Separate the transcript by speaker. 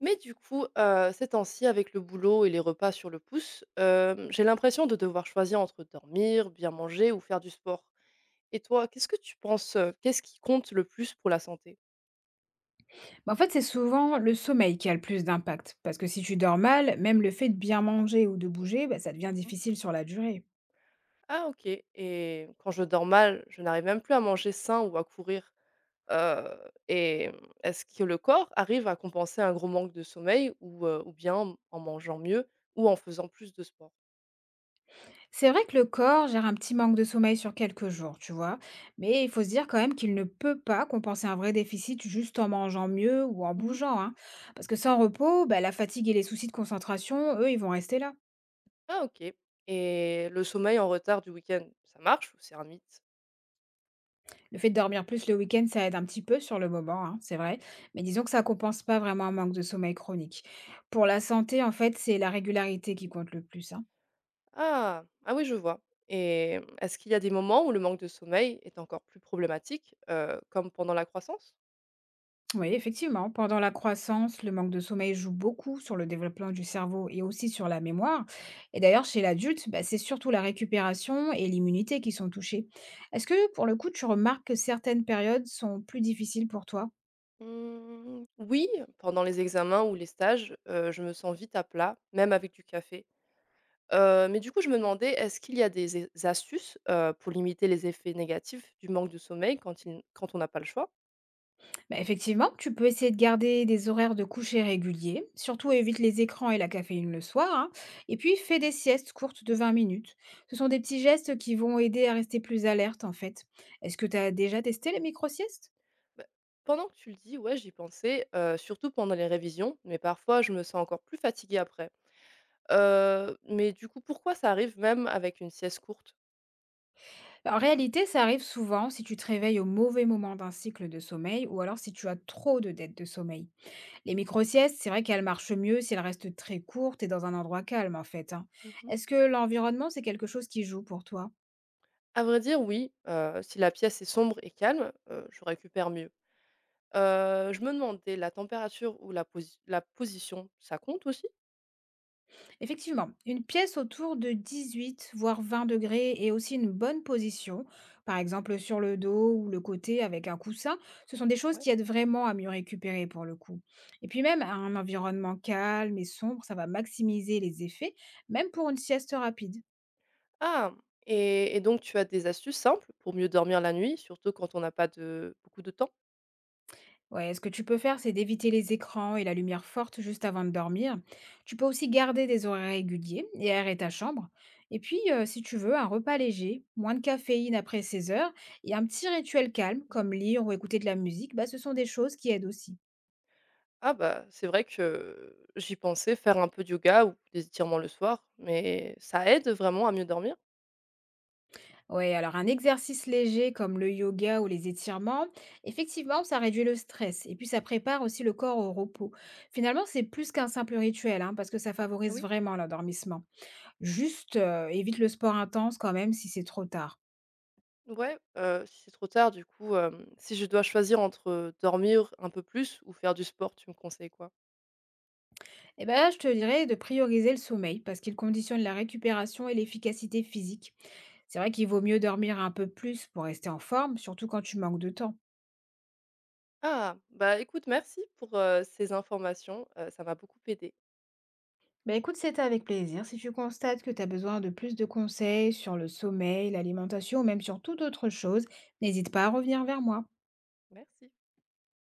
Speaker 1: Mais du coup, ces temps-ci, avec le boulot et les repas sur le pouce, j'ai l'impression de devoir choisir entre dormir, bien manger ou faire du sport. Et toi, qu'est-ce que tu penses, qu'est-ce qui compte le plus pour la santé?
Speaker 2: Bah, en fait, c'est souvent le sommeil qui a le plus d'impact, parce que si tu dors mal, même le fait de bien manger ou de bouger, bah, ça devient
Speaker 1: Mmh.
Speaker 2: difficile sur la durée.
Speaker 1: Ah, OK, et quand je dors mal, je n'arrive même plus à manger sain ou à courir, heu et est-ce que le corps arrive à compenser un gros manque de sommeil ou bien en mangeant mieux ou en faisant plus de sport?
Speaker 2: C'est vrai que le corps gère un petit manque de sommeil sur quelques jours, tu vois, mais il faut se dire quand même qu'il ne peut pas compenser un vrai déficit juste en mangeant mieux ou en
Speaker 1: Mmh.
Speaker 2: bougeant, hein, parce que sans repos, bah, la fatigue et les soucis de concentration, eux, ils vont rester là.
Speaker 1: Ah, OK, et le sommeil en retard du week-end, ça marche ou c'est un mythe?
Speaker 2: Le fait de dormir plus le week-end, ça aide un petit peu sur le moment, hein, c'est vrai, mais disons que ça compense pas vraiment un manque de sommeil chronique. Pour la santé, en fait, c'est la régularité qui compte le plus, hein.
Speaker 1: Ah! Ah oui, je vois, et est-ce qu'il y a des moments où le manque de sommeil est encore plus problématique, comme pendant la croissance?
Speaker 2: Oui, effectivement. Pendant la croissance, le manque de sommeil joue beaucoup sur le développement du cerveau et aussi sur la mémoire. Et d'ailleurs, chez l'adulte, bah, c'est surtout la récupération et l'immunité qui sont touchées. Est-ce que, pour le coup, tu remarques que certaines périodes sont plus difficiles pour toi?
Speaker 1: Mmh, oui, pendant les examens ou les stages, je me sens vite à plat, même avec du café. Mais du coup, je me demandais, est-ce qu'il y a des é astuces, pour limiter les effets négatifs du manque de sommeil quand on n'a pas le choix?
Speaker 2: Bah, effectivement, tu peux essayer de garder des horaires de coucher réguliers. Surtout, évite les écrans et la caféine le soir, hein. Et puis, fais des siestes courtes de 20 minutes. Ce sont des petits gestes qui vont aider à rester plus alerte, en fait. Est-ce que tu as déjà testé les micro-siestes?
Speaker 1: Bah, pendant que tu le dis, ouais, j'y pensais, surtout pendant les révisions, mais parfois je me sens encore plus fatiguée après. Mais du coup, pourquoi ça arrive même avec une sieste courte?
Speaker 2: Bah, en réalité, ça arrive souvent si tu te réveilles au mauvais moment d'un cycle de sommeil ou alors si tu as trop de dettes de sommeil. Les micro-siestes, c'est vrai qu'elles marchent mieux si elles restent très courtes et dans un endroit calme en fait, hein.
Speaker 1: Mmh.
Speaker 2: Est-ce que l'environnement, c'est quelque chose qui joue pour toi?
Speaker 1: À vrai dire, oui, si la pièce est sombre et calme, je récupère mieux. Je me demandais, la température ou la posi la position, ça compte aussi?
Speaker 2: Effectivement, une pièce autour de 18 voire 20 degrés et aussi une bonne position, par exemple sur le dos ou le côté avec un coussin, ce sont des choses
Speaker 1: Ouais.
Speaker 2: qui aident vraiment à mieux récupérer pour le coup. Et puis même un environnement calme et sombre, ça va maximiser les effets, même pour une sieste rapide.
Speaker 1: Ah, et donc tu as des astuces simples pour mieux dormir la nuit, surtout quand on n'a pas de beaucoup de temps?
Speaker 2: Ouais, ce que tu peux faire, c'est d'éviter les écrans et la lumière forte juste avant de dormir. Tu peux aussi garder des horaires réguliers et aérer ta chambre. Et puis, si tu veux, un repas léger, moins de caféine après 16 heures et un petit rituel calme,
Speaker 1: Ouais.
Speaker 2: comme lire ou écouter de la musique, bah, ce sont des choses qui aident aussi.
Speaker 1: Ah bah, c'est vrai que j'y pensais, faire un peu de yoga ou des étirements le soir, mais ça aide vraiment à mieux dormir?
Speaker 2: Ouais, alors un exercice léger comme le yoga ou les étirements, effectivement, ça réduit le stress et puis ça prépare aussi le corps au repos. Finalement, c'est plus qu'un simple rituel, hein, parce que ça favorise
Speaker 1: Oui.
Speaker 2: vraiment l'endormissement. Juste, évite le sport intense quand même si c'est trop tard.
Speaker 1: Ouais, si c'est trop tard, du coup, si je dois choisir entre, dormir un peu plus ou faire du sport, tu me conseilles quoi?
Speaker 2: Et bah, là, je te dirais de prioriser le sommeil parce qu'il conditionne la récupération et l'efficacité physique. C'est vrai qu'il vaut mieux dormir un peu plus pour rester en forme, surtout quand tu manques de temps.
Speaker 1: Ah! Bah, écoute, merci pour, ces informations, ça m'a beaucoup aidé.
Speaker 2: Bah, écoute, c'était avec plaisir. Si tu constates que tu as besoin de plus de conseils sur le sommeil, l'alimentation ou même sur toute autre chose, n'hésite pas à revenir vers moi.
Speaker 1: Merci.